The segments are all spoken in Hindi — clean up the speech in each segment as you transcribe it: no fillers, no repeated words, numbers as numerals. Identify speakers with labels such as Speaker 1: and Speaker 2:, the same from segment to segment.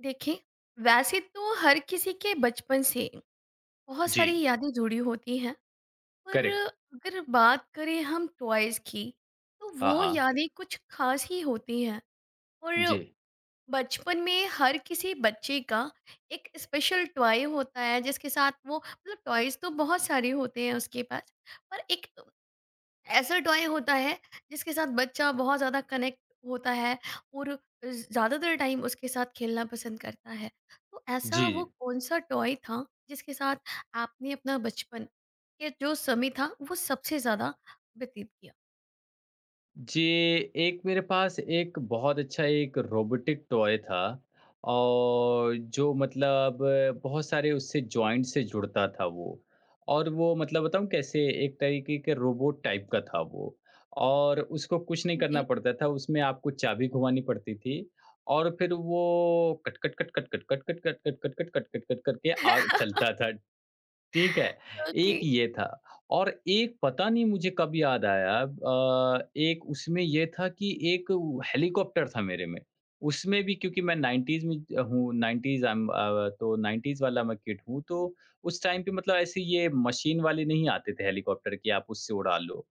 Speaker 1: देखिए, वैसे तो हर किसी के बचपन से बहुत
Speaker 2: जी,
Speaker 1: सारी यादें जुड़ी होती हैं, पर
Speaker 2: करेक्ट।
Speaker 1: अगर बात करें हम टॉयज़ की, तो
Speaker 2: हाँ,
Speaker 1: वो
Speaker 2: हाँ।
Speaker 1: यादें कुछ ख़ास ही होती हैं।
Speaker 2: जी।
Speaker 1: और बचपन में हर किसी बच्चे का एक स्पेशल टॉय होता है, जिसके साथ वो, मतलब, टॉयज़ तो बहुत सारे होते हैं उसके पास, पर एक ऐसा टॉय होता है जिसके साथ बच्चा बहुत ज़्यादा कनेक्ट होता है और ज़्यादातर टाइम उसके साथ खेलना पसंद करता है। तो
Speaker 2: जी,
Speaker 1: ऐसा वो
Speaker 2: जी।
Speaker 1: कौन-सा टॉय था जिसके साथ आपने अपना बचपन के जो समय था वो सबसे ज़्यादा व्यतीत किया?
Speaker 2: जी, एक मेरे पास एक बहुत अच्छा एक रोबोटिक टॉय था और जो मतलब बहुत सारे उससे जॉइंट से जुड़ता था वो। और वो मतलब बताऊँ कैसे, एक तरीके के रोबोट टाइप का था वो। और उसको कुछ नहीं
Speaker 1: जी।
Speaker 2: करना पड़ता था, उसमें आपको चाबी घुमानी पड़ती थी और फिर वो cut, cut, cut, cut, cut, cut, cut, cut, cut, cut, cut, cut, cut, cut, cut करके आ चलता था। ठीक है,
Speaker 1: ओके।
Speaker 2: एक ये था। और एक पता नहीं मुझे कब याद आया, एक उसमें ये था कि एक उ हेलीकॉप्टर था मेरे में। उसमें भी क्योंकि मैं 90s में ज हूँ, 90s आई एम तो 90s वाला मैं किड हूँ। तो उस टाइम पे मतलब ऐसे ये मशीन वाले नहीं आते थे हेलीकॉप्टर कि आप उससे उड़ा लो।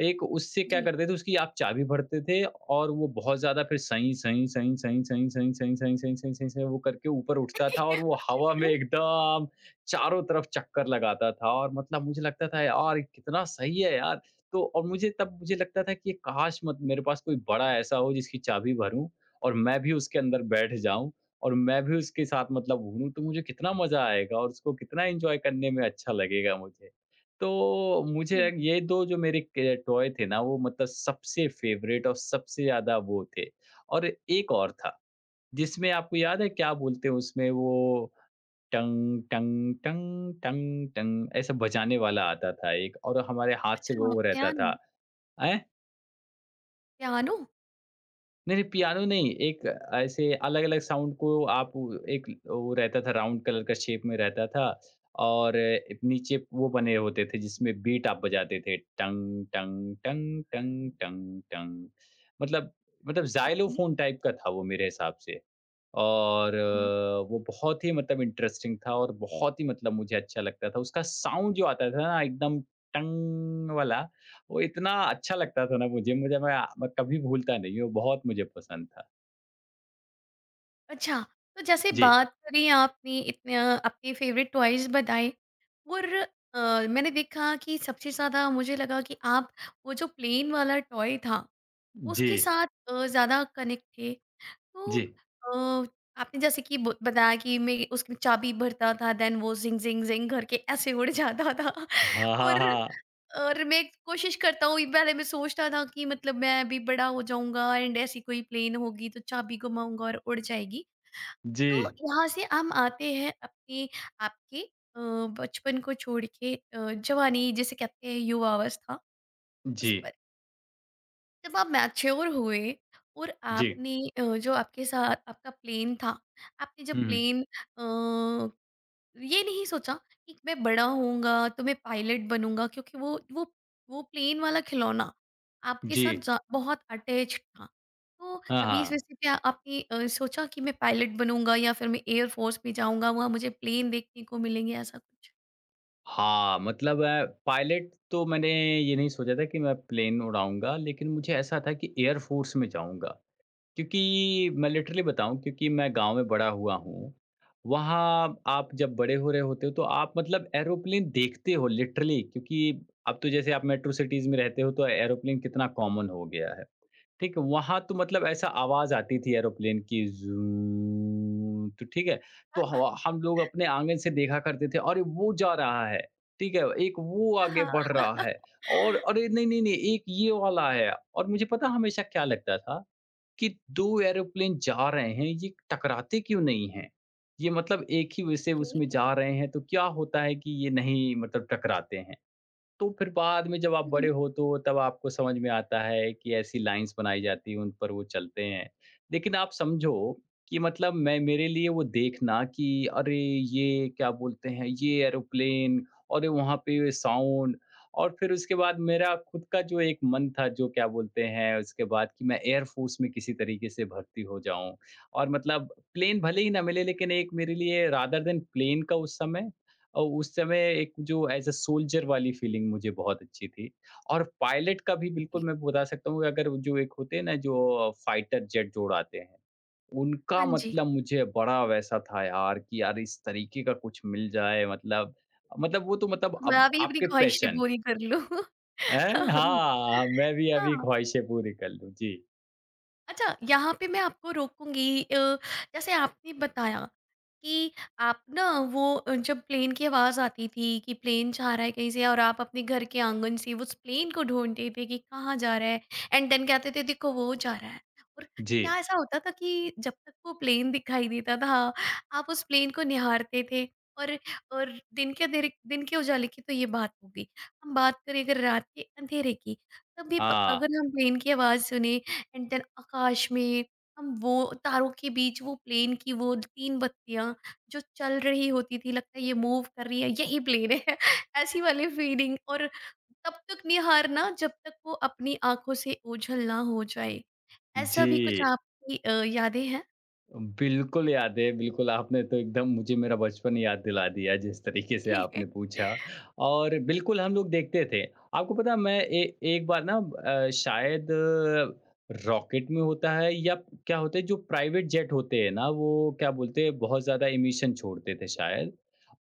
Speaker 2: एक उससे क्या
Speaker 1: जी।
Speaker 2: करते थे, उसकी आप चाबी भरते थे और वो बहुत ज़्यादा फिर सही, सही, सही, सही, सही, सही, सही, सही, सही, सही, सही, सही वो करके ऊपर उठता था और वो हवा में एकदम चारों तरफ चक्कर लगाता था। और मतलब मुझे लगता था यार कितना सही है यार। तो और मुझे तब मुझे लगता था कि ये काश मत मेरे पास कोई बड़ा ऐसा हो जिसकी चाबी भरूँ और मैं भी उसके अंदर बैठ जाऊँ और मैं भी उसके साथ मतलब घूमूँ, तो मुझे कितना मज़ा आएगा और उसको कितना एन्जॉय करने में अच्छा लगेगा मुझे। तो मुझे
Speaker 1: जी।
Speaker 2: ये 2 जो मेरे क टॉय थे ना वो मतलब सबसे फ़ेवरेट और सबसे ज़्यादा वो थे। और एक और था जिसमें आपको याद है क्या बोलते हैं उसमें वो टंग टंग टंग टंग टंग ऐसा बजाने वाला आता था। एक और हमारे हाथ से
Speaker 1: अच्छा,
Speaker 2: वो रहता था।
Speaker 1: पियानो?
Speaker 2: हैं?
Speaker 1: पियानो?
Speaker 2: नहीं, नहीं पियानो नहीं, एक ऐसे अलग-अलग साउंड को आप एक वो रहता था, राउंड कलर का शेप में रहता था और एक नीचे वो बने होते थे जिसमें बीट आप बजाते थे, टंग टंग टंग टंग टंग टंग। मतलब मतलब
Speaker 1: ओके।
Speaker 2: ज़ाइलोफ़ोन टाइप का था वो मेरे हिसाब से। और वो बहुत ही मतलब इंटरेस्टिंग था और बहुत ही मतलब मुझे अच्छा लगता था। उसका साउंड जो आता था ना एकदम टंग वाला, वो इतना अच्छा लगता था ना मुझे, मुझे मैं कभी भूलता नहीं हूँ, बहुत मुझे पसंद था।
Speaker 1: अच्छा, तो जैसे
Speaker 2: जी।
Speaker 1: बात करें, आपने इतने अपने फेवरेट टॉयज़ बताए और अ, मैंने देखा कि सबसे ज़्यादा मुझे लगा कि आप वो जो प्लेन वाला टॉय था,
Speaker 2: जी,
Speaker 1: उसके साथ ज़्यादा कनेक्ट थे। तो
Speaker 2: जी।
Speaker 1: आपने जैसे कि ब बताया कि मैं उसकी चाबी भरता था, देन वो ज़िंग ज़िंग ज़िंग करके ऐसे उड़ जाता था
Speaker 2: हाँ, हाँ,
Speaker 1: और
Speaker 2: हाँ।
Speaker 1: और मैं कोशिश करता हूँ, पहले मैं सोचता था कि, मतलब, मैं भी बड़ा हो जाऊँगा एंड ऐसी कोई प्लेन होगी तो चाबी घुमाऊँगा और उड़ जाएगी।
Speaker 2: जी,
Speaker 1: तो यहाँ से हम आते हैं अपने, आपके अ, बचपन को छोड़ के, जवानी जिसे कहते हैं युवावस्था, उस
Speaker 2: जी,
Speaker 1: पर। जब आप मैच्योर हुए और
Speaker 2: जी।
Speaker 1: आपने, जो आपके साथ आपका प्लेन था, आपने जब
Speaker 2: हुँ, हुँ।
Speaker 1: प्लेन, अ, ये नहीं सोचा कि मैं बड़ा होऊँगा तो मैं पायलट बनूँगा, क्योंकि वो वो प्लेन वाला खिलौना आपके
Speaker 2: जी।
Speaker 1: साथ जा बहुत अटैच्ड था। तो
Speaker 2: हाँ,
Speaker 1: कभी इस वजह
Speaker 2: हाँ।
Speaker 1: से क्या आपने सोचा कि मैं पायलट बनूँगा या फिर मैं एयर फ़ोर्स में जाऊँगा, वहाँ मुझे प्लेन देखने को मिलेंगे, ऐसा कुछ?
Speaker 2: हाँ, मतलब पायलट तो मैंने ये नहीं सोचा था कि मैं प्लेन उड़ाऊँगा, लेकिन मुझे ऐसा था कि एयर फ़ोर्स में जाऊँगा। क्योंकि मैं लिटरली बताऊँ, क्योंकि मैं गाँव में बड़ा हुआ हूँ। वहाँ आप जब बड़े हो रहे होते हो तो आप मतलब एरोप्लेन देखते हो लिटरली, क्योंकि अब तो जैसे आप मेट्रो सिटीज़ में रहते हो तो एरोप्लेन कितना कॉमन हो गया है। ठीक है, वहाँ तो मतलब ऐसा आवाज़ आती थी एरोप्लेन की ज़ू, तो ठीक है, तो ह हम लोग अपने आँगन से देखा करते थे अरे वो जा रहा है, ठीक है, एक वो
Speaker 1: हाँ,
Speaker 2: आगे
Speaker 1: हाँ।
Speaker 2: बढ़ रहा है। और अरे नहीं, नहीं, नहीं एक ये वाला है। और मुझे पता हमेशा क्या लगता था कि 2 एरोप्लेन जा रहे हैं, ये टकराते क्यों नहीं हैं? ये मतलब एक ही वैसे उसमें
Speaker 1: ओके।
Speaker 2: जा रहे हैं, तो क्या होता है कि ये नहीं मतलब टकराते हैं? तो फिर बाद में जब आप
Speaker 1: हुँ,
Speaker 2: बड़े
Speaker 1: हुँ।
Speaker 2: हो तो तब आपको समझ में आता है कि ऐसी लाइन्स बनाई जाती हैं, उन पर वो चलते हैं। लेकिन आप समझो कि मतलब मैं मेरे लिए वो देखना कि अरे! ये क्या बोलते हैं, ये एरोप्लेन, अरे! वहाँ पे साउंड। और फिर उसके बाद मेरा खुद का जो एक मन था जो क्या बोलते हैं उसके बाद कि मैं एयर फ़ोर्स में किसी तरीके से भर्ती हो जाऊँ। और मतलब प्लेन भले ही ना मिले, लेकिन एक मेरे लिए रादर देन प्लेन का उस समय, और उस समय एक जो एज़ अ सोल्जर वाली फीलिंग मुझे बहुत अच्छी थी। और पायलट का भी
Speaker 1: ए
Speaker 2: बिल्कुल मैं बता सकता हूँ, अगर जो एक होते हैं ना जो फाइटर जेट जो उड़ाते हैं, उनका
Speaker 1: हाँ जी,
Speaker 2: मतलब मुझे बड़ा वैसा था यार कि यार इस तरीके का कुछ मिल जाए मतलब, मतलब वो तो मतलब
Speaker 1: मैं
Speaker 2: अब
Speaker 1: भी अपनी
Speaker 2: आपके
Speaker 1: ख्वाहिशें
Speaker 2: पैशन।
Speaker 1: पूरी कर लूँ।
Speaker 2: हैं? हाँ, मैं भी अभी
Speaker 1: हाँ।
Speaker 2: ख्वाहिशें पूरी कर लूँ। जी,
Speaker 1: अच्छा, यहाँ पे मैं आपको रोकूँगी। जैसे आपने बताया कि आप ना वो, जब प्लेन की आवाज़ आती थी कि प्लेन जा रहा है कहीं से, और आप अपने घर के आँगन से उस प्लेन को ढूँढते थे कि कहाँ जा रहा है, एंड देन कहते थे देखो वो जा रहा है। और
Speaker 2: जी।
Speaker 1: क्या ऐसा होता था कि जब तक वो प्लेन दिखाई देता था, आप उस प्लेन को निहारते थे, और और दिन के अंधेरे, दिन के उजाले की तो ये बात हो गई। हम बात करें अगर रात के अंधेरे की, तब भी प
Speaker 2: हाँ,
Speaker 1: अगर हम प्लेन की आवाज़ सुने एंड देन आकाश में हम वो तारों के बीच वो प्लेन की वो तीन बत्तियां जो चल रही होती थी, लगता है ये मूव कर रही है, यही प्लेन है ऐसी वाली फीलिंग, और तब तक निहारना जब तक वो अपनी आंखों से ओझल ना हो जाए, ऐसा
Speaker 2: जी।
Speaker 1: भी कुछ आपकी यादें हैं?
Speaker 2: बिल्कुल याद है, बिल्कुल आपने तो एकदम मुझे मेरा बचपन याद दिला दिया जिस तरीके से आपने पूछा और बिल्कुल हम लोग देखते थे। आपको पता है, मैं ए एक बार ना, शायद रॉकेट में होता है या क्या होता है जो प्राइवेट जेट होते हैं ना, वो क्या बोलते हैं बहुत ज़्यादा एमिशन छोड़ते थे शायद।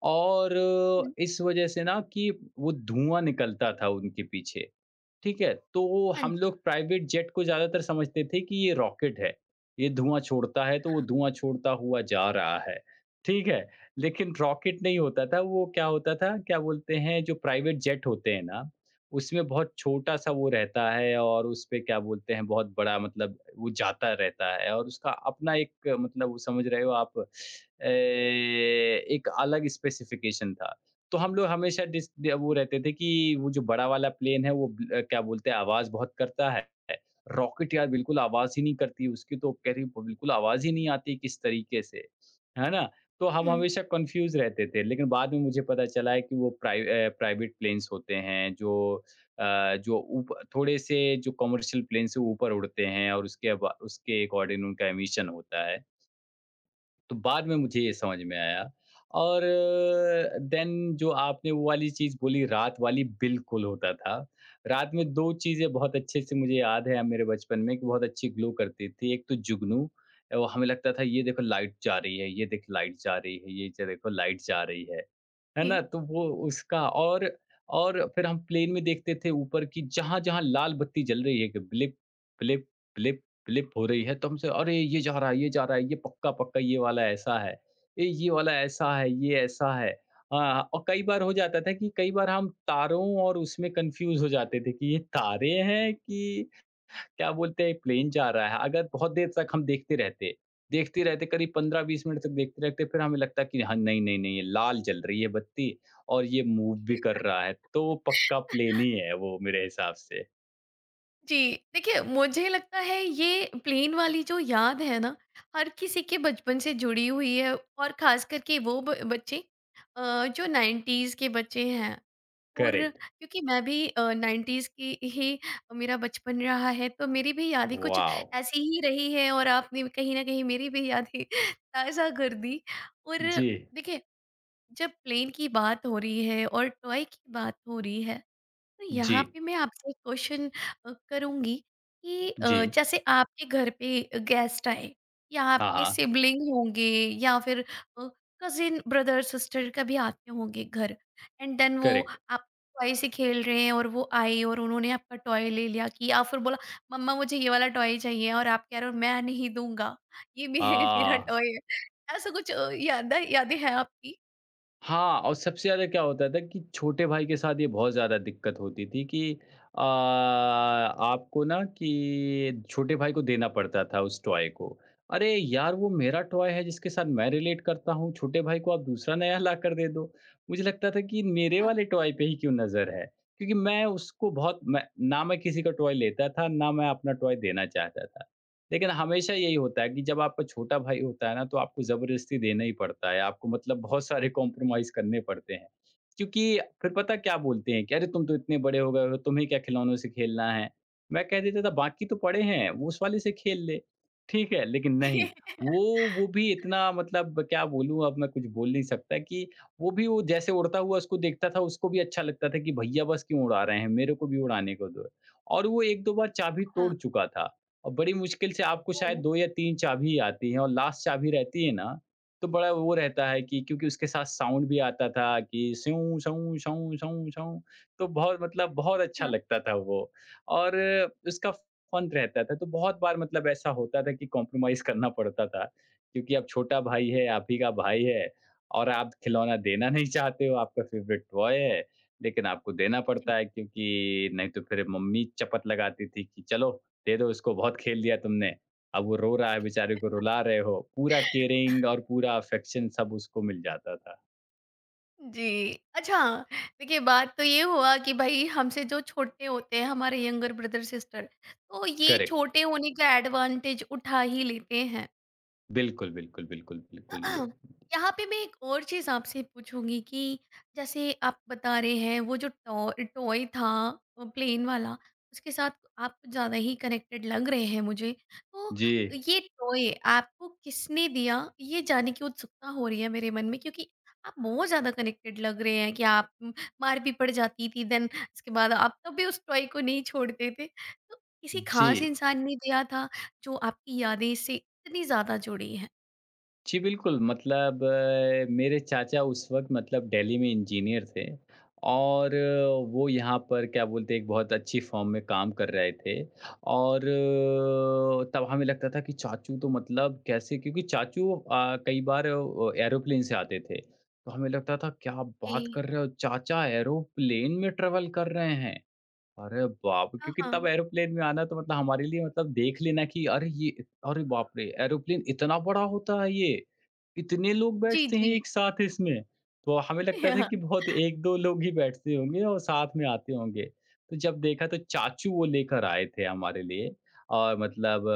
Speaker 2: और
Speaker 1: हम्म,
Speaker 2: इस वज़ह से ना कि वो धुआँ निकलता था उनके पीछे। ठीक है? तो
Speaker 1: हाँ
Speaker 2: हम
Speaker 1: जी।
Speaker 2: लोग प्राइवेट जेट को ज़्यादातर समझते थे कि ये रॉकेट है, ये धुआँ छोड़ता है तो वो धुआँ छोड़ता हुआ जा रहा है, ठीक है? लेकिन रॉकेट नहीं होता था, वो क्या होता था, क्या बोलते हैं जो प्राइवेट जेट होते हैं ना, उसमें बहुत छोटा-सा वो रहता है और उसपे क्या बोलते हैं बहुत बड़ा मतलब वो जाता रहता है और उसका अपना एक मतलब वो समझ रहे हो आप, एक अलग स्पेसिफ़िकेशन था। तो हम लोग हमेशा डिस ड वो रहते थे कि वो जो बड़ा वाला प्लेन है वो क्या बोलते हैं आवाज़ बहुत करता है। रॉकेट यार बिल्कुल आवाज़ ही नहीं करती उसकी, तो कह रही बिल्कुल आवाज़ ही नहीं आती किस तरीके से, है ना? तो हम
Speaker 1: हम्म।
Speaker 2: हमेशा कन्फ्यूज़ रहते थे, लेकिन बाद में मुझे पता चला है कि वो प्राइवेट प्लेन्स होते हैं जो अ, जो ऊप थोड़े से जो कमर्शियल प्लेन से ऊपर उड़ते हैं और उसके बा उसके अकॉर्डिंग उनका एमिशन होता है। तो बाद में मुझे ये समझ में आया। और देन जो आपने वो वाली चीज़ बोली रात वाली, बिल्कुल होता था। रात में 2 चीज़ें बहुत अच्छे से मुझे याद है मेरे बचपन में कि बहुत अच्छी ग्लो करती थी। एक तो जुगनू, वो हमें लगता था ये देखो लाइट जा रही है, ये देख लाइट जा रही है, ये च देखो लाइट जा रही है। है
Speaker 1: जी,
Speaker 2: ना? तो वो उसका। और फिर हम प्लेन में देखते थे ऊपर की जहाँ-जहाँ लाल बत्ती जल रही है कि ब्लिप, ब्लिप, ब्लिप क्लिप हो रही है, तो हमसे अरे ये जा रहा है, ये जा रहा है, ये पक्का-पक्का ये वाला ऐसा है, ए ये वाला ऐसा है, ये ऐसा है। हाँ, और कई बार हो जाता था कि कई बार हम तारों और उसमें कन्फ्यूज़ हो जाते थे कि ये तारे हैं कि क्या बोलते हैं प्लेन जा रहा है। अगर बहुत देर तक हम देखते रहते करीब 15-20 मिनट तक देखते रहते, फिर हमें लगता कि हाँ, नहीं, नहीं, नहीं ये लाल जल रही है बत्ती और ये मूव भी कर रहा है तो पक्का प्लेन ही है वो मेरे हिसाब से।
Speaker 1: जी। देखिए, मुझे लगता है ये प्लेन वाली जो याद है ना, हर किसी के बचपन से जुड़ी हुई है, और खास करके वो बच्चे, जो नाइन्टीज के बच्चे हैं। और
Speaker 2: करेक्ट।
Speaker 1: क्योंकि मैं भी नाइन्टीज की ही, मेरा बचपन रहा है, तो मेरी भी यादें कुछ
Speaker 2: वॉव!
Speaker 1: ऐसी ही रही है, और आपने कहीं ना कहीं मेरी भी यादें ताज़ा कर दी। और
Speaker 2: जी,
Speaker 1: देखिए, जब प्लेन की बात हो रही है और टॉय की बात हो रही है, तो
Speaker 2: जी।
Speaker 1: यहाँ पे मैं आपसे एक क्वेश्चन करूँगी कि
Speaker 2: जी,
Speaker 1: जैसे आपके घर पे गेस्ट आए, या
Speaker 2: हाँ,
Speaker 1: आपके
Speaker 2: हाँ,
Speaker 1: सिबलिंग होंगे, या फिर कजिन ब्रदर सिस्टर कभी आते होंगे घर, एंड देन वो,
Speaker 2: करेक्ट।
Speaker 1: आप टॉय से खेल रहे हैं और वो आए और उन्होंने आपका टॉय ले लिया, कि या फिर बोला, मम्मा मुझे ये वाला टॉय चाहिए, और आप कह रहे हो मैं नहीं दूंगा ये
Speaker 2: अ,
Speaker 1: मेरा टॉय है, ऐसा कुछ, यादें हैं आपकी?
Speaker 2: हाँ, और सबसे ज़्यादा क्या होता था कि छोटे भाई के साथ ये बहुत ज़्यादा दिक्कत होती थी कि आपको ना कि छोटे भाई को देना पड़ता था उस टॉय को। अरे यार! वो मेरा टॉय है जिसके साथ मैं रिलेट करता हूँ, छोटे भाई को आप दूसरा नया लाकर दे दो। मुझे लगता था कि मेरे
Speaker 1: हाँ।
Speaker 2: वाले टॉय पे ही क्यों नज़र है? क्योंकि मैं उसको बहुत मैं ना मैं किसी का टॉय लेता था, ना मैं अपना टॉय देना चाहता था। लेकिन हमेशा यही होता है कि जब आपका छोटा भाई होता है ना, तो आपको ज़बरदस्ती देना ही पड़ता है। आपको मतलब बहुत सारे कॉम्प्रोमाइज़ करने पड़ते हैं। क्योंकि फिर पता क्या बोलते हैं कि, "अरे! तुम तो इतने बड़े हो गए हो, तुम्हें क्या खिलौनों से खेलना है?" मैं कह देता था, "बाकी तो पड़े हैं, वो उस वाले से खेल ले।" ठीक है, लेकिन नहीं, वो वो भी इतना मतलब क्या बोलूँ, अब मैं कुछ बोल नहीं सकता कि वो भी वो जैसे उड़ता हुआ उसको देखता था, उसको भी अच्छा लगता था कि भैया बस क्यों उड़ा रहे हैं, मेरे को भी उड़ाने को दो। और वो 1-2 बार चाबी
Speaker 1: हाँ।
Speaker 2: तोड़ चुका था। और बड़ी मुश्किल से आपको
Speaker 1: ओ
Speaker 2: शायद 2 या 3 चाबी आती हैं और लास्ट चाबी रहती है ना, तो बड़ा वो रहता है कि, क्योंकि उसके साथ साउंड भी आता था कि स्यूँ, स्यूँ, स्यूँ, स्यूँ, स्यूँ, तो बहुत मतलब बहुत अच्छा
Speaker 1: हाँ
Speaker 2: लगता था वो और उसका फन रहता था। तो बहुत बार मतलब ऐसा होता था कि कॉम्प्रोमाइज़ करना पड़ता था, क्योंकि अब छोटा भाई है, आप ही का भाई है और आप खिलौना देना नहीं चाहते हो, आपका फ़ेवरेट टॉय है, लेकिन आपको देना
Speaker 1: जी।
Speaker 2: पड़ता है, क्योंकि नहीं तो फिर मम्मी चपत लगाती थी कि चलो दे दो इसको, बहुत खेल दिया तुमने। अब वो रो रहा है, बेचारे को रुला रहे हो। पूरा केयरिंग और पूरा अफेक्शन सब उसको मिल जाता था।
Speaker 1: जी। अच्छा, देखिए, बात तो ये हुआ कि भई हमसे जो छोटे होते हैं, हमारे यंगर ब्रदर सिस्टर, तो ये
Speaker 2: करेक्ट।
Speaker 1: छोटे होने का एडवांटेज उठा ही लेते हैं।
Speaker 2: बिल्कुल, बिल्कुल, बिल्कुल, बिल्कुल ये।
Speaker 1: यहाँ पे मैं एक और चीज़ आपसे पूछूंगी कि जैसे आप बता रहे हैं, वो जो टॉय टॉय था, प्लेन वाला, उसके साथ आप कुछ ज़्यादा ही कनेक्टेड लग रहे हैं मुझे। तो
Speaker 2: जी।
Speaker 1: ये टॉय आपको किसने दिया, ये जानने की उत्सुकता हो रही है मेरे मन में, क्योंकि आप बहुत ज़्यादा कनेक्टेड लग रहे हैं कि आप, मार भी पड़ जाती थी, देन इसके बाद आप तब भी उस टॉय को नहीं छोड़ते थे, तो किसी
Speaker 2: जी।
Speaker 1: खास इंसान ने दिया था जो आपकी यादें से इतनी ज़्यादा जुड़ी
Speaker 2: जी, बिल्कुल मतलब मेरे चाचा उस वक़्त मतलब दिल्ली में इंजीनियर थे और वो यहाँ पर क्या बोलते हैं एक बहुत अच्छी फ़र्म में काम कर रहे थे। और तब हमें लगता था कि चाचू तो मतलब कैसे, क्योंकि चाचू कई बार एरोप्लेन से आते थे। तो हमें लगता था क्या
Speaker 1: है?
Speaker 2: बात कर रहे हो, चाचा एरोप्लेन में ट्रैवल कर रहे हैं। अरे बाप!
Speaker 1: हाँ,
Speaker 2: क्योंकि तब
Speaker 1: हाँ।
Speaker 2: एरोप्लेन में आना तो मतलब हमारे लिए मतलब देख लेना कि अरे ये अरे बाप रे! एरोप्लेन इतना बड़ा होता है ये, इतने लोग
Speaker 1: जी,
Speaker 2: बैठते हैं
Speaker 1: जी।
Speaker 2: एक साथ इसमें। तो हमें लगता था कि
Speaker 1: हाँ।
Speaker 2: बहुत 1-2 लोग ही बैठते होंगे और साथ में आते होंगे। तो जब देखा तो चाचू वो लेकर आए थे हमारे लिए और मतलब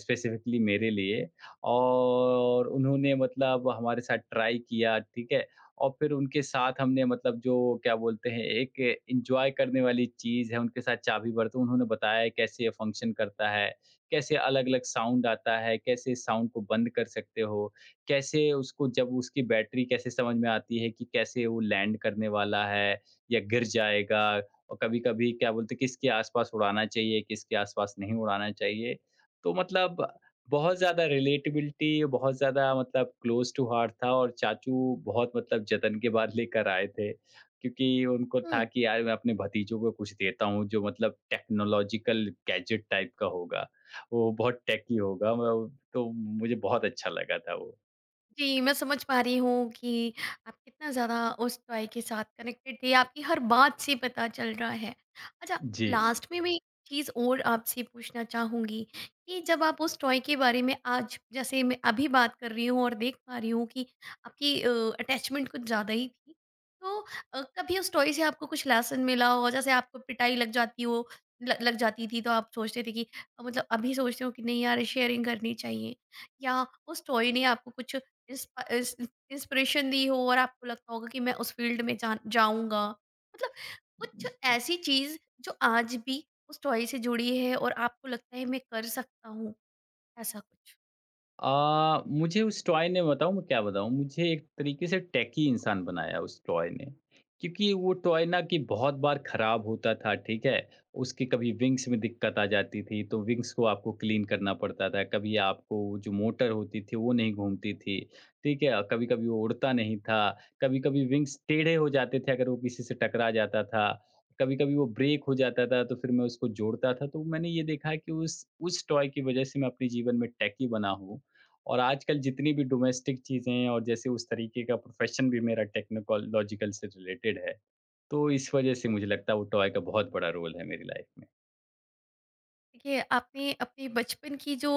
Speaker 2: स्पेसिफ़िकली मेरे लिए। और उन्होंने मतलब हमारे साथ ट्राई किया, ठीक है? और फिर उनके साथ हमने मतलब जो क्या बोलते हैं, एक एन्जॉय करने वाली चीज़ है, उनके साथ चाबी बरतूँ, उन्होंने बताया है कैसे ये फंक्शन करता है, कैसे अलग-अलग साउंड आता है, कैसे साउंड को बंद कर सकते हो, कैसे उसको जब उसकी बैटरी कैसे समझ में आती है कि कैसे वो लैंड करने वाला है या गिर जाएगा, और कभी-कभी क्या बोलते हैं, किसके आस-पास उड़ाना चाहिए, किसके आस-पास नहीं उड़ाना चाहिए। तो मतलब बहुत ज़्यादा रिलेटेबिलिटी, बहुत ज़्यादा मतलब क्लोज़ टू हार्ट था, और चाचू बहुत मतलब जतन के बाद लेकर आए थे। क्योंकि उनको
Speaker 1: हम्म।
Speaker 2: था कि यार मैं अपने भतीजों को कुछ देता हूँ जो मतलब टेक्नोलॉजिकल गैजेट टाइप का होगा। वो बहुत टेकी होगा मैं, तो मुझे बहुत अच्छा लगा था वो।
Speaker 1: जी, मैं समझ पा रही हूँ कि आप कितना ज़्यादा उस टॉय के साथ कनेक्टेड थे, आपकी हर बात से पता चल रहा है। अच्छा,
Speaker 2: जी।
Speaker 1: लास्ट में मैं एक चीज़ और आपसे पूछना चाहूँगी कि जब आप उस टॉय के बारे में आज, जैसे मैं अभी बात कर रही हूँ और देख पा रही हूँ कि आपकी अटैचमेंट कुछ ज़्यादा ही थी, तो कभी उस टॉय से आपको कुछ लेसन मिला हो? जैसे आपको पिटाई लग जाती हो, ल लग जाती थी, तो आप सोचते थे कि, मतलब, अभी सोचते हो कि नहीं यार, शेयरिंग करनी चाहिए, या उस टॉय ने आपको कुछ इंस्पा इंस इंस्पिरेशन दी हो और आपको लगता होगा कि मैं उस फील्ड में जा जाऊँगा। मतलब, कुछ ऐसी चीज़ जो आज भी उस टॉय से जुड़ी है और आपको लगता है मैं कर सकता हूँ, ऐसा कुछ?
Speaker 2: मुझे उस टॉय ने बताऊँ मैं क्या बताऊँ, मुझे एक तरीके से टैकी इंसान बनाया उस टॉय ने। क्योंकि वो टॉय ना कि बहुत बार खराब होता था, ठीक है? उसकी कभी विंग्स में दिक्कत आ जाती थी, तो विंग्स को आपको क्लीन करना पड़ता था। कभी आपको वो जो मोटर होती थी, वो नहीं घूमती थी, ठीक है? कभी-कभी वो उड़ता नहीं था, कभी-कभी विंग्स टेढ़े हो जाते थे अगर वो किसी से टकरा जाता था, कभी-कभी वो ब्रेक हो जाता था, तो फिर मैं उसको जोड़ता था। तो मैंने ये देखा है कि उस टॉय की वज़ह से मैं अपने जीवन में टैकी बना हूँ, और आजकल जितनी भी डोमेस्टिक चीज़ें हैं, और जैसे उस तरीके का प्रोफ़ेशन भी मेरा टेक्नोलॉजिकल से रिलेटेड है। तो इस वज़ह से मुझे लगता है वो टॉय का बहुत बड़ा रोल है मेरी लाइफ़ में।
Speaker 1: देखिए, आपने अपने बचपन की जो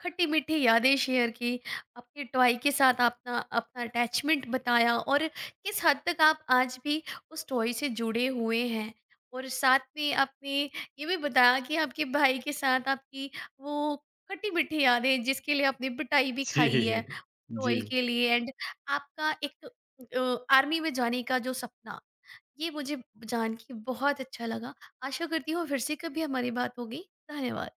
Speaker 1: खट्टी मीठी यादें शेयर की, अपने टॉय के साथ अपना अपना अटैचमेंट बताया, और किस हद तक आप आज भी उस टॉय से जुड़े हुए हैं, और साथ में आपने ये भी बताया कि आपके भाई के साथ आपकी वो खट्टी मीठी यादें, जिसके लिए आपने पिटाई भी खाई
Speaker 2: जी।
Speaker 1: है
Speaker 2: जी।
Speaker 1: टॉय के लिए, एंड आपका एक आर्मी में जाने का जो सपना, ये मुझे जान के बहुत अच्छा लगा। आशा करती हूँ फिर से कभी हमारी बात होगी। धन्यवाद।